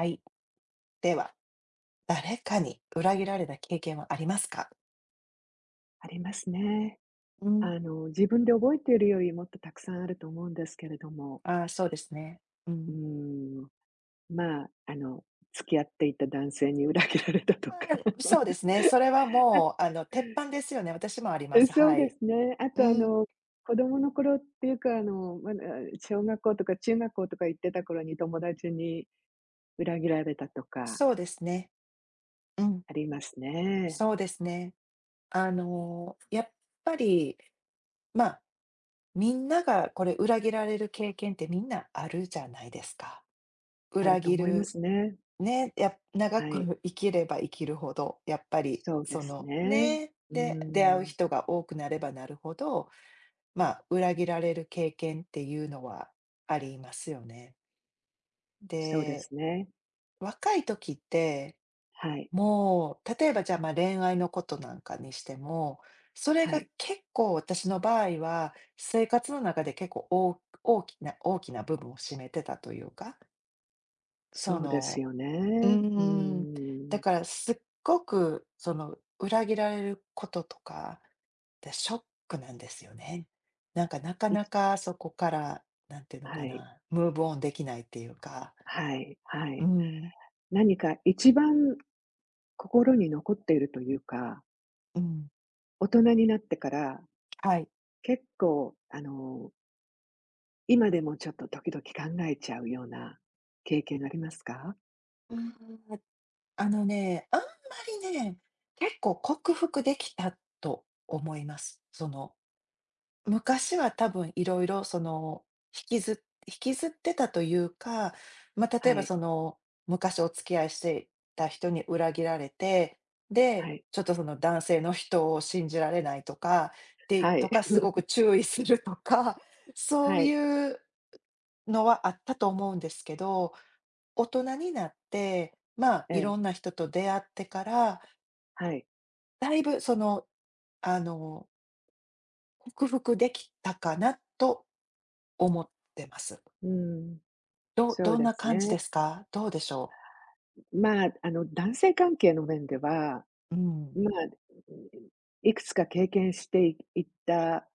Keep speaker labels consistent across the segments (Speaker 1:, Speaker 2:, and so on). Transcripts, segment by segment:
Speaker 1: はい。では、誰かに裏切られた経験はありますか？
Speaker 2: ありますね。
Speaker 1: うん。
Speaker 2: 自分で覚えているよりもっとたくさんあると思うんですけれども、
Speaker 1: ああ、そうですね。う
Speaker 2: うー
Speaker 1: ん。
Speaker 2: ん、まあ、あの、付き合っていた男性に裏切られたとか。
Speaker 1: ああ、そうです ね。それはもう、鉄板ですよね。私もあります。
Speaker 2: そう
Speaker 1: は
Speaker 2: で
Speaker 1: い。
Speaker 2: すね。あ
Speaker 1: う
Speaker 2: とあ
Speaker 1: ん、
Speaker 2: の、子供の頃っていうか、まだ小学校とか中学校とか行ってた頃に友達に裏切られたとか
Speaker 1: そうですね。うん、
Speaker 2: ありますね。
Speaker 1: そうですね。やっぱり、まあ、みんながこれ裏切られる経験ってみんなあるじゃないですか。
Speaker 2: ある
Speaker 1: 裏
Speaker 2: と
Speaker 1: 切
Speaker 2: 思いま
Speaker 1: る
Speaker 2: すね。
Speaker 1: ね、や長
Speaker 2: はい。
Speaker 1: く生きれば生きるほど、やっぱり
Speaker 2: そうで
Speaker 1: そ
Speaker 2: す
Speaker 1: の、
Speaker 2: ね。
Speaker 1: ね、
Speaker 2: うー
Speaker 1: で、出会う
Speaker 2: ん、
Speaker 1: 人が多くなればなるほど、まあ、裏切られる経験っていうのはありますよね。
Speaker 2: そうで
Speaker 1: で、
Speaker 2: すね。
Speaker 1: 若い時って、
Speaker 2: はい、
Speaker 1: もう、例えばじゃあ、まあ、恋愛のことなんかにしても、それ
Speaker 2: は
Speaker 1: が
Speaker 2: い。
Speaker 1: 結構私の場合は、生活の中で結構おお大きな大きな部分を占めてたというか、そ
Speaker 2: そうです
Speaker 1: の
Speaker 2: よ
Speaker 1: うー
Speaker 2: ね。う
Speaker 1: ん。だ
Speaker 2: ん。
Speaker 1: からすっごく、その、裏切られることとかってショックなんですよね。なんか、なかな
Speaker 2: い
Speaker 1: かそこから、なんていうの
Speaker 2: は
Speaker 1: か
Speaker 2: い。
Speaker 1: な、ムーブオンできないっていうか、
Speaker 2: はい、は
Speaker 1: う
Speaker 2: い。
Speaker 1: ん、
Speaker 2: 何か一番心に残っているというか、
Speaker 1: うん、
Speaker 2: 大人になってから
Speaker 1: はい。
Speaker 2: 結構、今でもちょっと時々考えちゃうような経験ありますか？
Speaker 1: うーん、あのね、あんまりね、結構克服できたと思います。その昔は多分いろいろその、引きず引きずってたというか、まあ、例
Speaker 2: は
Speaker 1: えば
Speaker 2: い、
Speaker 1: その、昔お付き合いしていた人に裏切られて、
Speaker 2: は
Speaker 1: で、
Speaker 2: い、
Speaker 1: ちょっとその男性の人を信じられないとか、で
Speaker 2: はい、
Speaker 1: とか、すご く注意するとか、そう
Speaker 2: はい、
Speaker 1: いうのはあったと思うんですけど、大人になって、まあ、
Speaker 2: え
Speaker 1: い
Speaker 2: え、
Speaker 1: ろんな人と出会ってから、
Speaker 2: はい。
Speaker 1: だいぶその、あの、克服できたかなと思ってます。
Speaker 2: うん、
Speaker 1: ど
Speaker 2: そ
Speaker 1: ど
Speaker 2: う
Speaker 1: ん
Speaker 2: で
Speaker 1: な
Speaker 2: す
Speaker 1: 感じ
Speaker 2: ね。
Speaker 1: ですか？どうでしょ
Speaker 2: 男性関係の面では、
Speaker 1: う？うん。
Speaker 2: まあ、いくつか経験していいった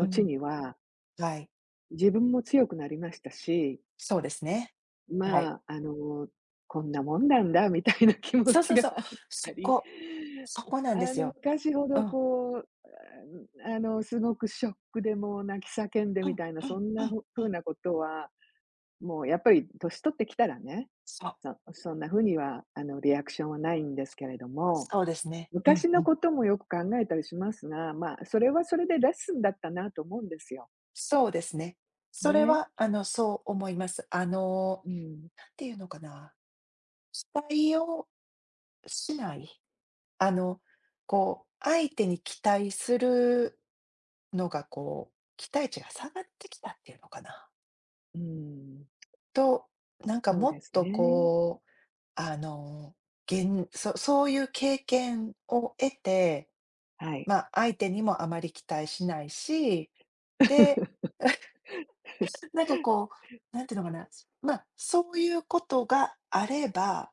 Speaker 1: うん。
Speaker 2: には、
Speaker 1: はい、
Speaker 2: 自分も強くなりましたし、
Speaker 1: そうですね。はい。
Speaker 2: まあ、あの、こんなもんなんだみたいな気持
Speaker 1: そうそ
Speaker 2: ち
Speaker 1: う
Speaker 2: が
Speaker 1: そう、
Speaker 2: あっ
Speaker 1: そ
Speaker 2: たり、
Speaker 1: こ、そこなんですよ。
Speaker 2: 昔ほ
Speaker 1: う
Speaker 2: ど
Speaker 1: ん、
Speaker 2: こう、すごくショックでもう泣き叫んで
Speaker 1: うん、
Speaker 2: みたいな、
Speaker 1: う
Speaker 2: そ
Speaker 1: ん、
Speaker 2: ん
Speaker 1: う
Speaker 2: な
Speaker 1: ん、
Speaker 2: ふ
Speaker 1: う
Speaker 2: 風
Speaker 1: ん。
Speaker 2: なことは、もうやっぱり年取ってきたらね、
Speaker 1: そう、
Speaker 2: そそんな風には、リアクションはないんですけれども、
Speaker 1: そうですね。うん、
Speaker 2: 昔
Speaker 1: う
Speaker 2: の
Speaker 1: ん。
Speaker 2: こともよく考えたりしますが、まあ、それはそれでレッスンだったなと思うんですよ。
Speaker 1: そうですね。それ
Speaker 2: ね。
Speaker 1: は、そう思います。
Speaker 2: うん。
Speaker 1: なんていうのかな、期待をしない、あの、こう、相手に期待するのが、こう、期待値が下がってきたっていうのかな。
Speaker 2: うん。
Speaker 1: と、なんか
Speaker 2: そう
Speaker 1: もっ
Speaker 2: です
Speaker 1: と
Speaker 2: ね。
Speaker 1: こう、あの、げんそそういう経験を得て、
Speaker 2: はい。
Speaker 1: まあ、相手にもあまり期待しないし、で、なんかこう、なんていうのかな、まあ、そういうことがあれば、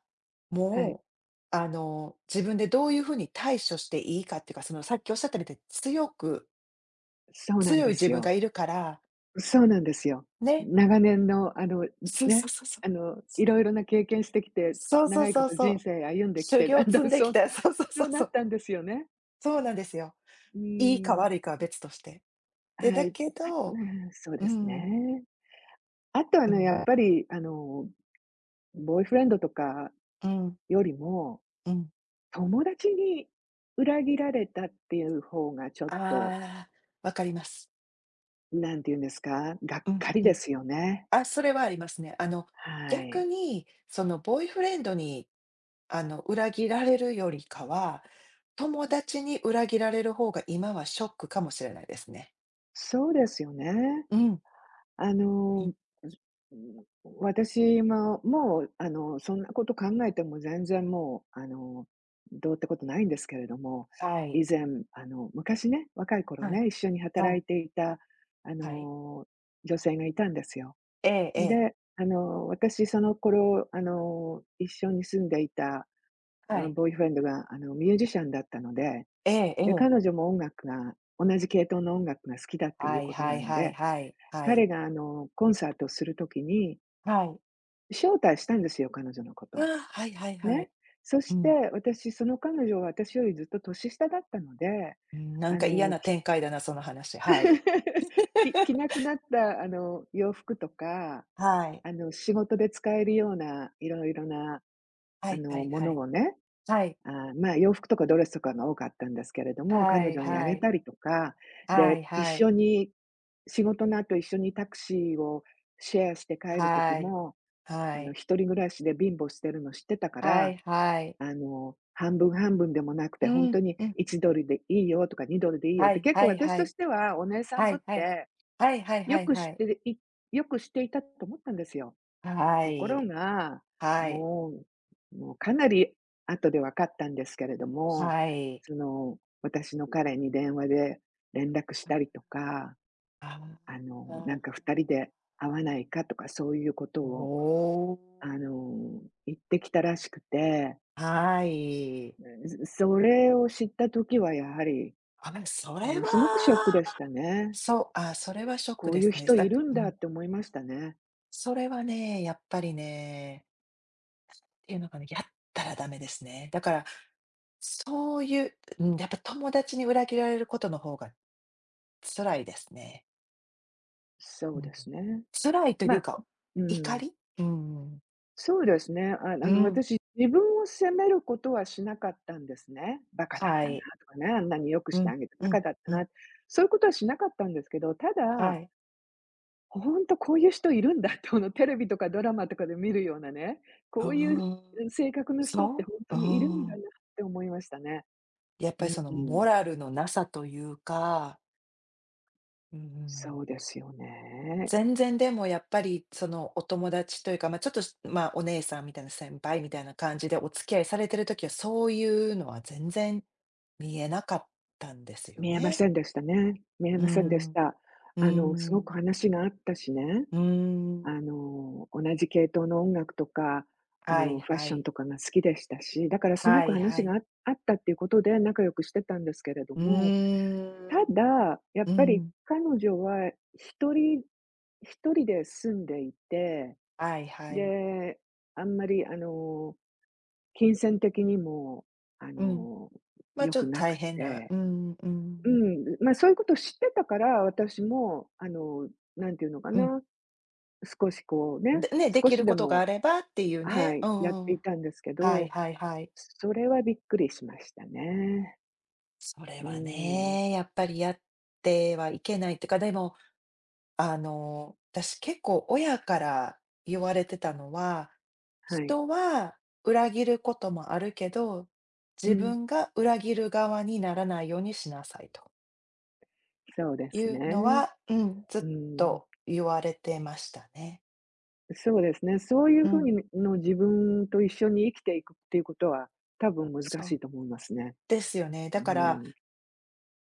Speaker 2: はい。
Speaker 1: もう、自分でどういうふうに対処していいかっていうか、そのさっきおっしゃったみたいに強く
Speaker 2: そうなん
Speaker 1: 強
Speaker 2: で
Speaker 1: い自
Speaker 2: す
Speaker 1: 分が
Speaker 2: よ。
Speaker 1: いるから、
Speaker 2: そうなんですよ。
Speaker 1: ね、
Speaker 2: 長年の、
Speaker 1: そうそう
Speaker 2: ね、
Speaker 1: そうそう。
Speaker 2: いろいろな経験してきて、
Speaker 1: そうそう
Speaker 2: 長いこ
Speaker 1: そう
Speaker 2: と
Speaker 1: そ
Speaker 2: 人
Speaker 1: う。
Speaker 2: 生歩んでき
Speaker 1: 修
Speaker 2: て、
Speaker 1: 行
Speaker 2: だん
Speaker 1: 積
Speaker 2: だ
Speaker 1: ん
Speaker 2: ん
Speaker 1: できた。そうそうそ
Speaker 2: そ
Speaker 1: う
Speaker 2: うな
Speaker 1: そ
Speaker 2: っ
Speaker 1: う。
Speaker 2: たんですよね。
Speaker 1: そうなんですよ。
Speaker 2: う
Speaker 1: いいか
Speaker 2: ん。
Speaker 1: 悪いかは別として。で、
Speaker 2: は
Speaker 1: だ
Speaker 2: い。
Speaker 1: け
Speaker 2: あ、
Speaker 1: ど
Speaker 2: うん、そう
Speaker 1: う
Speaker 2: です
Speaker 1: ん、
Speaker 2: ね。あとあ
Speaker 1: う
Speaker 2: の、
Speaker 1: ん、
Speaker 2: やっぱりあの、ボーイフレンドとか
Speaker 1: うん、
Speaker 2: よりも、
Speaker 1: うん。
Speaker 2: 友達に裏切られたっていう方がちょ
Speaker 1: あ
Speaker 2: っと、
Speaker 1: あ、わかります。
Speaker 2: なんて言うんですか、がっ
Speaker 1: うん、
Speaker 2: かり
Speaker 1: うん。
Speaker 2: ですよね。
Speaker 1: あ、それはありますね。
Speaker 2: は
Speaker 1: 逆
Speaker 2: い。
Speaker 1: に、そのボーイフレンドに、裏切られるよりかは、友達に裏切られる方が今はショックかもしれないですね。
Speaker 2: そうですよね。
Speaker 1: うん、
Speaker 2: あ
Speaker 1: う
Speaker 2: の、
Speaker 1: ん。
Speaker 2: ずうん、私も、もう、そんなこと考えても全然もう、どうってことないんですけれども、
Speaker 1: はい。
Speaker 2: 以前、昔ね、若い頃
Speaker 1: はい。
Speaker 2: ね、一緒に
Speaker 1: は
Speaker 2: 働
Speaker 1: い。
Speaker 2: いていた、あ
Speaker 1: はい。
Speaker 2: の、女性がいたんですよ。
Speaker 1: ええええ。
Speaker 2: で、私その頃、一緒に住んでいた、
Speaker 1: は
Speaker 2: あ、
Speaker 1: い。
Speaker 2: ボーイフレンドが、ミュージシャンだったので、
Speaker 1: えええ
Speaker 2: で、
Speaker 1: え。
Speaker 2: 彼女も音楽が同じ系統の音楽が好きだってい
Speaker 1: は
Speaker 2: う
Speaker 1: い
Speaker 2: こと
Speaker 1: は
Speaker 2: な
Speaker 1: い
Speaker 2: の
Speaker 1: はい
Speaker 2: で、
Speaker 1: はい、はい。
Speaker 2: 彼が、コンサートをするときに
Speaker 1: はい。
Speaker 2: 招待したんですよ、彼女のこ
Speaker 1: あ
Speaker 2: とを。
Speaker 1: あ、はいはいはい。
Speaker 2: ね。そ
Speaker 1: う
Speaker 2: して
Speaker 1: ん、
Speaker 2: 私、その彼女は私よりずっと年下だったので、
Speaker 1: うん、なん
Speaker 2: あ
Speaker 1: か嫌
Speaker 2: の、
Speaker 1: な
Speaker 2: き
Speaker 1: 展開だな、その話。はい。
Speaker 2: き着なく なった、洋服とか、
Speaker 1: はい。
Speaker 2: 仕事で使えるような色々な
Speaker 1: はいはい
Speaker 2: も
Speaker 1: は
Speaker 2: の
Speaker 1: い。
Speaker 2: をね、
Speaker 1: はい。
Speaker 2: あ、まあ、洋服とかドレスとかが多かったんですけれども、
Speaker 1: は
Speaker 2: 彼
Speaker 1: い
Speaker 2: 女にあ
Speaker 1: は
Speaker 2: げ
Speaker 1: い。
Speaker 2: たりとか、
Speaker 1: はい
Speaker 2: で、一
Speaker 1: はい。
Speaker 2: 緒に仕事の後一緒にタクシーをシェアして帰る時
Speaker 1: はい。
Speaker 2: も、
Speaker 1: はい。
Speaker 2: 一人暮らしで貧乏してるの知ってたか
Speaker 1: は
Speaker 2: ら、
Speaker 1: いはい。
Speaker 2: 半分半分でもなく
Speaker 1: う
Speaker 2: て、ほんと
Speaker 1: ん、
Speaker 2: に
Speaker 1: うん。
Speaker 2: $1 でいいよとか $2 でいいよっ
Speaker 1: は
Speaker 2: て、
Speaker 1: い
Speaker 2: 結
Speaker 1: は
Speaker 2: 構
Speaker 1: い
Speaker 2: 私
Speaker 1: は
Speaker 2: と
Speaker 1: い。
Speaker 2: してはお姉さん
Speaker 1: は
Speaker 2: ぶっ
Speaker 1: いはい。
Speaker 2: て、
Speaker 1: はいはいは
Speaker 2: よ
Speaker 1: い
Speaker 2: く知
Speaker 1: は
Speaker 2: っ
Speaker 1: い。
Speaker 2: ていよくしていたと思ったんですよ。
Speaker 1: は
Speaker 2: ところ
Speaker 1: い。
Speaker 2: が、
Speaker 1: はい。
Speaker 2: ももうかなり後で分かったんですけれども、
Speaker 1: はい。
Speaker 2: その、私の彼に電話で連絡したりとか、
Speaker 1: あ
Speaker 2: な
Speaker 1: あ、
Speaker 2: んか二人で会わないかとかそういうこと
Speaker 1: お
Speaker 2: を、
Speaker 1: お。
Speaker 2: 言ってきたらしくて、
Speaker 1: はい。
Speaker 2: うん、それを知った時はやはり
Speaker 1: あ、まそ
Speaker 2: も
Speaker 1: れ
Speaker 2: のすごくショック
Speaker 1: は、
Speaker 2: でしたね。
Speaker 1: そう、あ、それはショック
Speaker 2: こう
Speaker 1: で
Speaker 2: いう
Speaker 1: すね。
Speaker 2: 人い
Speaker 1: だ
Speaker 2: るん
Speaker 1: う
Speaker 2: だっ
Speaker 1: ん、
Speaker 2: て思いましたね。
Speaker 1: それはね、やっぱりね、っていうのがね、やったらダメですね。だから、そういう、うん、やっぱ友達に裏切られることの方が辛いですね。う
Speaker 2: そう
Speaker 1: ん。
Speaker 2: ですね。
Speaker 1: 辛いとい
Speaker 2: ま
Speaker 1: う
Speaker 2: あ、
Speaker 1: か、
Speaker 2: う
Speaker 1: 怒
Speaker 2: ん。
Speaker 1: り？うんうん。
Speaker 2: そうですね。私、自分を責めることはしなかったんですね。バカだっ
Speaker 1: は
Speaker 2: たな
Speaker 1: い。
Speaker 2: とかね、あんなに良く
Speaker 1: う
Speaker 2: して
Speaker 1: ん、
Speaker 2: あげて
Speaker 1: う
Speaker 2: バ
Speaker 1: ん、
Speaker 2: カだった
Speaker 1: うん、
Speaker 2: な、そういうことはしなかったんですけど、た
Speaker 1: は
Speaker 2: だ、
Speaker 1: い。
Speaker 2: ほんとこういう人いるんだって、このテレビとかドラマとかで見るようなね、
Speaker 1: う
Speaker 2: こうい
Speaker 1: ー
Speaker 2: う
Speaker 1: ん、
Speaker 2: 性格の人って
Speaker 1: そ
Speaker 2: ほん
Speaker 1: う、う
Speaker 2: とにいるんだな
Speaker 1: ん。
Speaker 2: って思いましたね。
Speaker 1: やっぱ
Speaker 2: う
Speaker 1: り
Speaker 2: ん
Speaker 1: その
Speaker 2: う
Speaker 1: モ
Speaker 2: ん。
Speaker 1: ラルのなさというか、う
Speaker 2: そう
Speaker 1: ん。
Speaker 2: ですよね。
Speaker 1: 全然でもやっぱり、その、お友達というか、まあ、ちょっと、しまあ、お姉さんみたいな、先輩みたいな感じでお付き合いされてる時は、そういうのは全然見えなかったんですよ
Speaker 2: 見えま
Speaker 1: ね。
Speaker 2: せんでしたね。見え
Speaker 1: うー
Speaker 2: ませんで
Speaker 1: ん、
Speaker 2: した。
Speaker 1: うー
Speaker 2: すご
Speaker 1: ん、
Speaker 2: く話があったしね。
Speaker 1: うーん。
Speaker 2: 同じ系統の音楽とか、
Speaker 1: はい
Speaker 2: ファッ
Speaker 1: は
Speaker 2: ション
Speaker 1: い。
Speaker 2: とかが好きでしたし、だからすご
Speaker 1: は
Speaker 2: く
Speaker 1: いは
Speaker 2: 話
Speaker 1: い。
Speaker 2: があったっていうことで仲良くしてたんですけれど
Speaker 1: う
Speaker 2: も、た
Speaker 1: ーん、
Speaker 2: だ、やっ
Speaker 1: う
Speaker 2: ぱり
Speaker 1: ん。
Speaker 2: 彼女は一人一人で住んでいて、
Speaker 1: はいはい。
Speaker 2: で、あんまり、金銭的にも、あ
Speaker 1: うん。
Speaker 2: の、
Speaker 1: ま、あ
Speaker 2: 良
Speaker 1: ちょっ
Speaker 2: く
Speaker 1: と
Speaker 2: な
Speaker 1: 大
Speaker 2: く
Speaker 1: 変な、
Speaker 2: て、
Speaker 1: うん、う
Speaker 2: う
Speaker 1: ん、
Speaker 2: ん、ま、そういうこと知ってたから、私もなんていうのか
Speaker 1: うん。
Speaker 2: な、少しこうね、
Speaker 1: でね、で
Speaker 2: 少
Speaker 1: きる
Speaker 2: しで
Speaker 1: ことがあ
Speaker 2: も
Speaker 1: ればっていう
Speaker 2: は
Speaker 1: ね。う
Speaker 2: い、やって
Speaker 1: ん。
Speaker 2: いたんですけ
Speaker 1: はい
Speaker 2: ど、
Speaker 1: はいはい。
Speaker 2: それはびっくりしましたね。
Speaker 1: それ
Speaker 2: う
Speaker 1: は
Speaker 2: ん、
Speaker 1: ね、やっぱりやってはいけないっていうか、でも、私結構親から言われてたのは、
Speaker 2: はい。
Speaker 1: 人は裏切ることもあるけど、
Speaker 2: う
Speaker 1: 自
Speaker 2: ん、
Speaker 1: 分が裏切る側にならないようにしなさいと
Speaker 2: そうで
Speaker 1: い
Speaker 2: す
Speaker 1: うの
Speaker 2: ね。
Speaker 1: は、うん、ずっ
Speaker 2: うん、
Speaker 1: と言われてましたね。
Speaker 2: そうですね。そうい
Speaker 1: う
Speaker 2: うふう
Speaker 1: ん、
Speaker 2: にの自分と一緒に生きていくっていうことは、多分難し
Speaker 1: そ
Speaker 2: い
Speaker 1: う。
Speaker 2: と思いますね。
Speaker 1: ですよね。だ
Speaker 2: う
Speaker 1: から
Speaker 2: ん、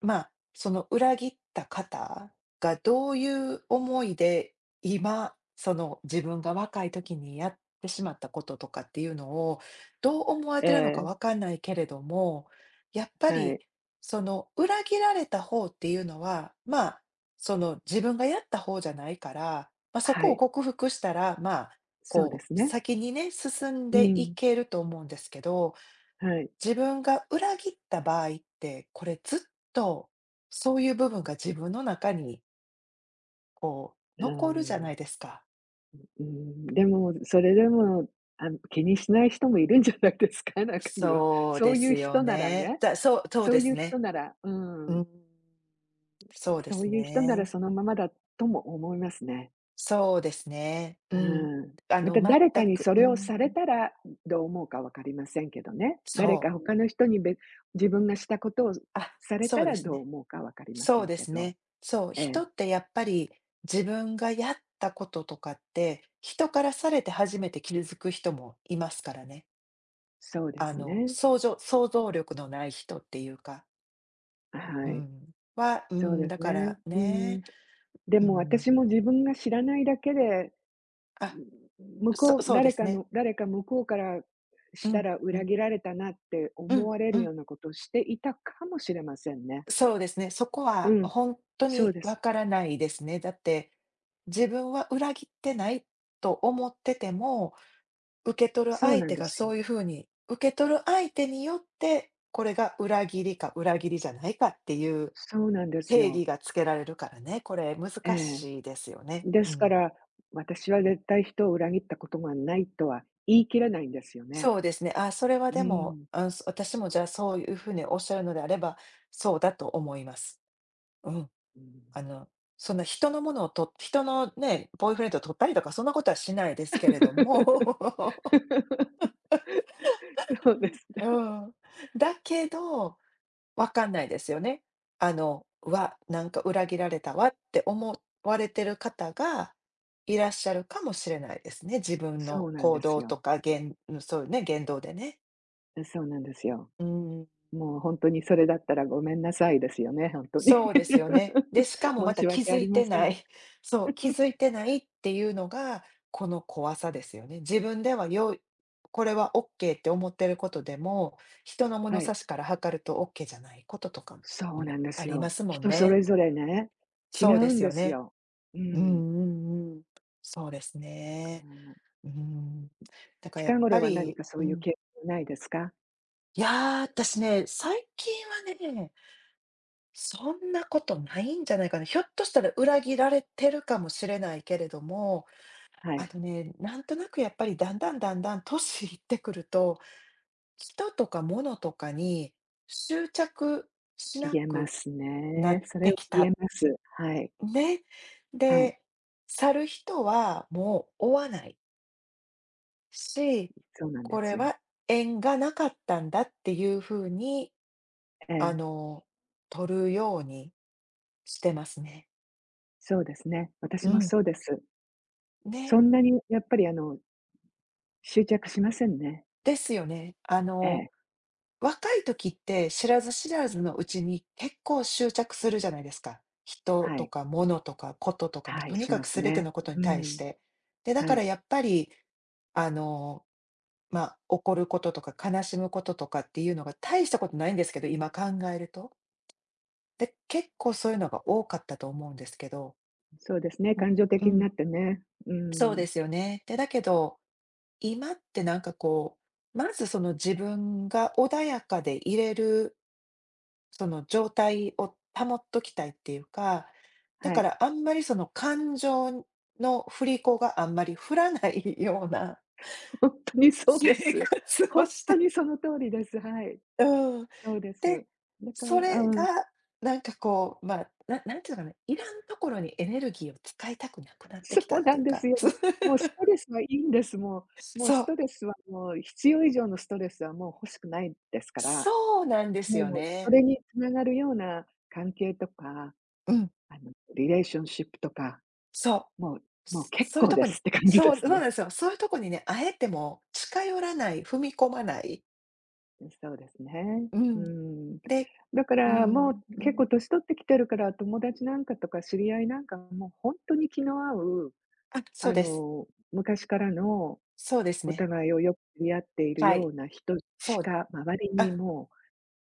Speaker 1: まあ、その裏切った方がどういう思いで、今、その自分が若い時にやってしまったこととかっていうのを、どう思われ
Speaker 2: え
Speaker 1: てるのか
Speaker 2: え、
Speaker 1: わかんないけれども、やっぱ
Speaker 2: は
Speaker 1: り
Speaker 2: い。
Speaker 1: その裏切られた方っていうのは、まあ、その自分がやった方じゃないから、まあ、そ
Speaker 2: は
Speaker 1: こを
Speaker 2: い、
Speaker 1: 克服したら、まあ、
Speaker 2: そうで
Speaker 1: こ
Speaker 2: す
Speaker 1: う
Speaker 2: ね。
Speaker 1: 先にね、進ん
Speaker 2: う
Speaker 1: でい
Speaker 2: ん、
Speaker 1: けると思うんですけど、
Speaker 2: はい。
Speaker 1: 自分が裏切った場合って、これずっと、そういう部分が自分の中に、こう、
Speaker 2: う
Speaker 1: 残るじゃ
Speaker 2: ん、
Speaker 1: な
Speaker 2: う
Speaker 1: いですか。
Speaker 2: ん、でも、それでも、気にしない人もいるんじゃないですか、中には。
Speaker 1: そう
Speaker 2: そ
Speaker 1: で
Speaker 2: うい
Speaker 1: す
Speaker 2: う
Speaker 1: よ
Speaker 2: 人なら
Speaker 1: ね。
Speaker 2: ね。
Speaker 1: だそうそう
Speaker 2: そう
Speaker 1: で
Speaker 2: い
Speaker 1: す
Speaker 2: う人
Speaker 1: ね。
Speaker 2: ならう
Speaker 1: う
Speaker 2: ん、
Speaker 1: ん。そうで
Speaker 2: そう
Speaker 1: す
Speaker 2: いう人なら
Speaker 1: ね。
Speaker 2: そのままだとも思いますね。
Speaker 1: そうですね。うん。
Speaker 2: うん。また
Speaker 1: 全
Speaker 2: 誰かに
Speaker 1: く
Speaker 2: そ
Speaker 1: う
Speaker 2: れを
Speaker 1: ん、
Speaker 2: さ
Speaker 1: う
Speaker 2: れ
Speaker 1: ん。
Speaker 2: たら、どう思うか分かりませんけどね。
Speaker 1: そ
Speaker 2: 誰
Speaker 1: う。
Speaker 2: か他の人にべ自分がしたことを
Speaker 1: あ、
Speaker 2: され
Speaker 1: そ
Speaker 2: た
Speaker 1: うで
Speaker 2: ら
Speaker 1: す
Speaker 2: どう
Speaker 1: ね。
Speaker 2: 思うか分かりま
Speaker 1: そ
Speaker 2: せ
Speaker 1: う
Speaker 2: ん
Speaker 1: で
Speaker 2: け
Speaker 1: す
Speaker 2: ど。
Speaker 1: ね。そう、
Speaker 2: え
Speaker 1: 人っ
Speaker 2: え、
Speaker 1: てやっぱり、自分がやったこととかって、人からされて初めて気づく人もいますからね。
Speaker 2: そうですね。
Speaker 1: 想像想像力のない人っていうか、う
Speaker 2: はい。
Speaker 1: ん、は、う
Speaker 2: そう
Speaker 1: ん、
Speaker 2: で
Speaker 1: だ
Speaker 2: す
Speaker 1: か
Speaker 2: ね。
Speaker 1: ら
Speaker 2: う
Speaker 1: ね、
Speaker 2: ん。で
Speaker 1: う
Speaker 2: も
Speaker 1: ん、
Speaker 2: 私も自分が知らないだけで
Speaker 1: あ、そそうですね。
Speaker 2: 向こうから
Speaker 1: う
Speaker 2: した
Speaker 1: ん、
Speaker 2: ら
Speaker 1: う
Speaker 2: 裏
Speaker 1: ん、
Speaker 2: 切られたなって
Speaker 1: う
Speaker 2: 思
Speaker 1: ん、
Speaker 2: われ
Speaker 1: う
Speaker 2: る
Speaker 1: ん。
Speaker 2: ようなことをしていたかもしれませんね。
Speaker 1: そうですね、そこ
Speaker 2: う
Speaker 1: は
Speaker 2: ん。
Speaker 1: 本当
Speaker 2: そう
Speaker 1: に
Speaker 2: で
Speaker 1: わ
Speaker 2: す。
Speaker 1: からないですね。だって、自分は裏切ってないと思ってても、受け取る
Speaker 2: そう
Speaker 1: 相
Speaker 2: なん
Speaker 1: 手
Speaker 2: で
Speaker 1: が
Speaker 2: す
Speaker 1: そう
Speaker 2: よ。
Speaker 1: いう風に、受け取る相手によって、これが裏切りか裏切りじゃないかっていう
Speaker 2: そうなんです
Speaker 1: 定義
Speaker 2: よ。
Speaker 1: がつけられるからね、これ
Speaker 2: え
Speaker 1: 難
Speaker 2: え。
Speaker 1: しいですよね。
Speaker 2: で
Speaker 1: う
Speaker 2: すか
Speaker 1: ん。
Speaker 2: ら、私は絶対人を裏切ったことがないとは言い切れないんですよね。
Speaker 1: そうですね。あ、それは
Speaker 2: う
Speaker 1: でも、
Speaker 2: ん。
Speaker 1: あそ私もじゃあそういう風におっしゃるのであれば、そうだと思います。うん。
Speaker 2: うん
Speaker 1: あの、そんな人のものをと人のね、ボーイフレンドを取ったりとかそんなことはしないですけれども、
Speaker 2: そうですね。
Speaker 1: うん。だけどわかんないですよね。うわ、なんか裏切られたわって思われてる方がいらっしゃるかもしれないですね。自分
Speaker 2: そ
Speaker 1: の
Speaker 2: うなん
Speaker 1: 行
Speaker 2: です
Speaker 1: 動
Speaker 2: よ。
Speaker 1: とか、言、うそうね、言動でね。
Speaker 2: そうなんですよ。
Speaker 1: うん、
Speaker 2: もう本当にそれだったらごめんなさいですよね、本当に。
Speaker 1: そうですよね。で、しか も
Speaker 2: 申
Speaker 1: また
Speaker 2: し
Speaker 1: 気
Speaker 2: 訳あ
Speaker 1: づ
Speaker 2: り
Speaker 1: い
Speaker 2: ま
Speaker 1: て
Speaker 2: せ
Speaker 1: な
Speaker 2: ん。
Speaker 1: い。そう、気づいてないっていうのが、この怖さですよね。自分ではよいこれはオッケーって思ってることでも、人の物
Speaker 2: は
Speaker 1: 差
Speaker 2: い。
Speaker 1: しから測るとオッケーじゃないこととか
Speaker 2: そう
Speaker 1: も
Speaker 2: なんで
Speaker 1: あ
Speaker 2: す
Speaker 1: りま
Speaker 2: よ。
Speaker 1: すもん
Speaker 2: 人そ
Speaker 1: ね。
Speaker 2: れぞれね、違
Speaker 1: そうで
Speaker 2: うん
Speaker 1: す
Speaker 2: で
Speaker 1: よ
Speaker 2: す
Speaker 1: ね。
Speaker 2: よ。う
Speaker 1: うん
Speaker 2: ん。
Speaker 1: うんうん。そうです
Speaker 2: あ
Speaker 1: ね。
Speaker 2: の
Speaker 1: うん。だからや
Speaker 2: 近
Speaker 1: っぱ
Speaker 2: 頃は何
Speaker 1: り、
Speaker 2: かそ
Speaker 1: う
Speaker 2: ういう
Speaker 1: ん。
Speaker 2: 経験ないですか？
Speaker 1: いやー、私ね、最近はね、そんなことないんじゃないかな。ひょっとしたら裏切られてるかもしれないけれども、
Speaker 2: は
Speaker 1: あ
Speaker 2: い。
Speaker 1: のね、なんとなくやっぱりだんだんだんだん年いってくると、人とか物とかに執着しな
Speaker 2: 言えま
Speaker 1: く
Speaker 2: す
Speaker 1: な
Speaker 2: ね。
Speaker 1: っ
Speaker 2: それ
Speaker 1: て
Speaker 2: を
Speaker 1: き
Speaker 2: 言え
Speaker 1: た。
Speaker 2: ます。はい。
Speaker 1: ね。
Speaker 2: はい。
Speaker 1: で、去る人はもう追わない。し、
Speaker 2: そうなん
Speaker 1: こ
Speaker 2: で
Speaker 1: れ
Speaker 2: すよ。
Speaker 1: は縁がなかったんだっていう風に、
Speaker 2: え
Speaker 1: あ
Speaker 2: え。
Speaker 1: の、取るようにしてますね。
Speaker 2: そうですね。私
Speaker 1: う
Speaker 2: も
Speaker 1: ん。
Speaker 2: そうです。
Speaker 1: ね、
Speaker 2: そんなにやっぱり、執着しませんね。
Speaker 1: ですよね。
Speaker 2: ええ。
Speaker 1: 若い時って知らず知らずのうちに結構執着するじゃないですか。人
Speaker 2: は
Speaker 1: と
Speaker 2: い。
Speaker 1: か物とかこととか、も
Speaker 2: はい、
Speaker 1: とに
Speaker 2: し
Speaker 1: か
Speaker 2: ま
Speaker 1: く
Speaker 2: す
Speaker 1: 全て
Speaker 2: ね。
Speaker 1: のことに
Speaker 2: う
Speaker 1: 対し
Speaker 2: ん。
Speaker 1: て。で、だ
Speaker 2: は
Speaker 1: から
Speaker 2: い。
Speaker 1: やっぱり、あの、まあ、怒ることとか悲しむこととかっていうのが大したことないんですけど、今考えると。で、結構そういうのが多かったと思うんですけど、
Speaker 2: そうですね、
Speaker 1: うん、
Speaker 2: 感情
Speaker 1: う
Speaker 2: 的に
Speaker 1: ん、
Speaker 2: なってね。う
Speaker 1: そう
Speaker 2: ん、
Speaker 1: ですよね。で、だけど、今ってなんかこう、まずその自分が穏やかでいれる、その状態を保っときたいっていうか、だ
Speaker 2: は
Speaker 1: か
Speaker 2: い。
Speaker 1: らあんまりその感情の振り子があんまり振らないような
Speaker 2: ほんとにそう
Speaker 1: 生
Speaker 2: です。
Speaker 1: 活を
Speaker 2: ほん
Speaker 1: し
Speaker 2: と
Speaker 1: て
Speaker 2: にその通りです。はい。
Speaker 1: うん。
Speaker 2: そうで
Speaker 1: で、
Speaker 2: す。だか
Speaker 1: そ
Speaker 2: ら
Speaker 1: れ
Speaker 2: うん、
Speaker 1: がなんかこう、まあ、ななんていうのかな、いらんところにエネルギーを使いたくなくなって
Speaker 2: そ
Speaker 1: きた
Speaker 2: う
Speaker 1: って
Speaker 2: な
Speaker 1: いう
Speaker 2: んです
Speaker 1: か。
Speaker 2: よ。もうス トレスはいいんです。もう
Speaker 1: そ
Speaker 2: ス
Speaker 1: う、
Speaker 2: トレスはもう必要以上のストレスはもう欲しくないですから、
Speaker 1: そうなんですよ
Speaker 2: もうそ
Speaker 1: ね。
Speaker 2: れに繋がるような関係とか、
Speaker 1: うん、
Speaker 2: リレーションシップとか、
Speaker 1: そう。
Speaker 2: もうもう結
Speaker 1: そういう
Speaker 2: 構
Speaker 1: と
Speaker 2: で
Speaker 1: こに
Speaker 2: すって感じで
Speaker 1: そう、そ
Speaker 2: す
Speaker 1: うなん
Speaker 2: ね。
Speaker 1: ですよ。そういうとこにね、あえても近寄らない、踏み込まない。
Speaker 2: そうですね。
Speaker 1: う
Speaker 2: う
Speaker 1: ん。
Speaker 2: ん。
Speaker 1: で
Speaker 2: だか
Speaker 1: う
Speaker 2: らも
Speaker 1: ん、
Speaker 2: う
Speaker 1: う
Speaker 2: 結構
Speaker 1: ん。
Speaker 2: 年取ってきてるから、友達なんかとか知り合いなんかもう本当に気の合う、
Speaker 1: あ、そう
Speaker 2: あ
Speaker 1: です。
Speaker 2: の、昔からの
Speaker 1: そうです
Speaker 2: お
Speaker 1: ね。
Speaker 2: 互いをよく知り合っている
Speaker 1: は
Speaker 2: よ
Speaker 1: い。
Speaker 2: うな人し
Speaker 1: そう。
Speaker 2: か周りに
Speaker 1: あ
Speaker 2: も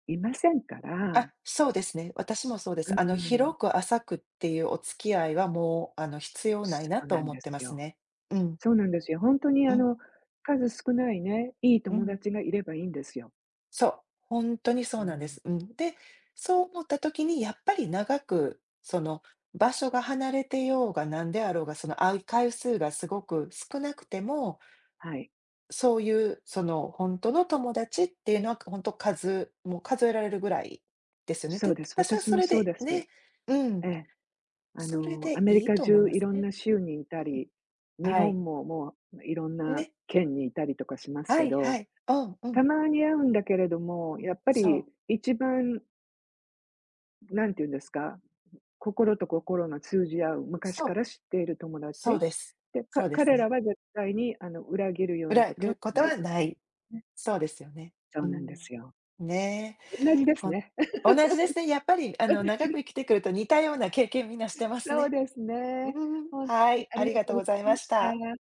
Speaker 2: ういませんか
Speaker 1: あ、
Speaker 2: ら。
Speaker 1: そうですね。私もそうで
Speaker 2: う
Speaker 1: す。
Speaker 2: ん、
Speaker 1: 広く浅くっていうお付き合いはもう、必要ない
Speaker 2: そ
Speaker 1: な
Speaker 2: う
Speaker 1: と
Speaker 2: なん
Speaker 1: 思っ
Speaker 2: で
Speaker 1: てま
Speaker 2: す
Speaker 1: す
Speaker 2: よ。
Speaker 1: ね。うん、
Speaker 2: そうなんですよ。本当に
Speaker 1: う
Speaker 2: あ
Speaker 1: ん。
Speaker 2: の、数少ないね、いい
Speaker 1: う
Speaker 2: 友
Speaker 1: ん。
Speaker 2: 達がいればいいんですよ。
Speaker 1: そう、本当にそ
Speaker 2: う
Speaker 1: うなんで
Speaker 2: ん。
Speaker 1: す。うん。で、そう思った時にやっぱり長く、その、場所が離れてようが何であろうが、その、会う回数がすごく少なくても、
Speaker 2: はい。
Speaker 1: そういう、その、本当の友達っていうのは、本当数もう数えられるぐらいですよね。
Speaker 2: そう
Speaker 1: で、
Speaker 2: です。
Speaker 1: 私は
Speaker 2: 私
Speaker 1: そ
Speaker 2: も
Speaker 1: れ
Speaker 2: そう
Speaker 1: で
Speaker 2: です。
Speaker 1: ねうん。
Speaker 2: ええ。
Speaker 1: それ
Speaker 2: ア
Speaker 1: で
Speaker 2: メリ
Speaker 1: いい
Speaker 2: カ
Speaker 1: と思い
Speaker 2: 中
Speaker 1: ま
Speaker 2: い
Speaker 1: す
Speaker 2: ろん
Speaker 1: ね。
Speaker 2: な州にいた
Speaker 1: うん。
Speaker 2: り、日
Speaker 1: はい。
Speaker 2: 本ももういろんな
Speaker 1: ね。
Speaker 2: 県にいたりとかします
Speaker 1: は
Speaker 2: け
Speaker 1: いは
Speaker 2: ど、
Speaker 1: い。うんう
Speaker 2: た
Speaker 1: ん。
Speaker 2: まに会うんだけれども、やっぱ
Speaker 1: そ
Speaker 2: り
Speaker 1: う。
Speaker 2: 一番、なんて言うんですか、心と心が通じ合う、昔
Speaker 1: そ
Speaker 2: か
Speaker 1: う。
Speaker 2: ら知っている友
Speaker 1: そう
Speaker 2: 達。
Speaker 1: です。そうです
Speaker 2: 彼ら
Speaker 1: ね。
Speaker 2: は絶対に裏切るような
Speaker 1: 裏
Speaker 2: こ
Speaker 1: 切
Speaker 2: とは
Speaker 1: る
Speaker 2: し
Speaker 1: こと
Speaker 2: ない
Speaker 1: は
Speaker 2: と
Speaker 1: ない。
Speaker 2: ね。
Speaker 1: そうですよね。
Speaker 2: そ
Speaker 1: う
Speaker 2: うなんで
Speaker 1: ん。
Speaker 2: すよ。
Speaker 1: ねえ、
Speaker 2: 同じです
Speaker 1: ほん
Speaker 2: ね。
Speaker 1: 同じですね。やっぱりあ
Speaker 2: 同
Speaker 1: の、長く
Speaker 2: じ。
Speaker 1: 生きてくると似たような経験みんなしてます
Speaker 2: そう
Speaker 1: ね。
Speaker 2: ですね。
Speaker 1: うん、
Speaker 2: 本
Speaker 1: は
Speaker 2: 当に
Speaker 1: い、
Speaker 2: あ
Speaker 1: あ
Speaker 2: り
Speaker 1: り
Speaker 2: が
Speaker 1: が
Speaker 2: と
Speaker 1: と
Speaker 2: う
Speaker 1: う
Speaker 2: ござ
Speaker 1: ござい
Speaker 2: いま
Speaker 1: まし
Speaker 2: し
Speaker 1: た。
Speaker 2: た。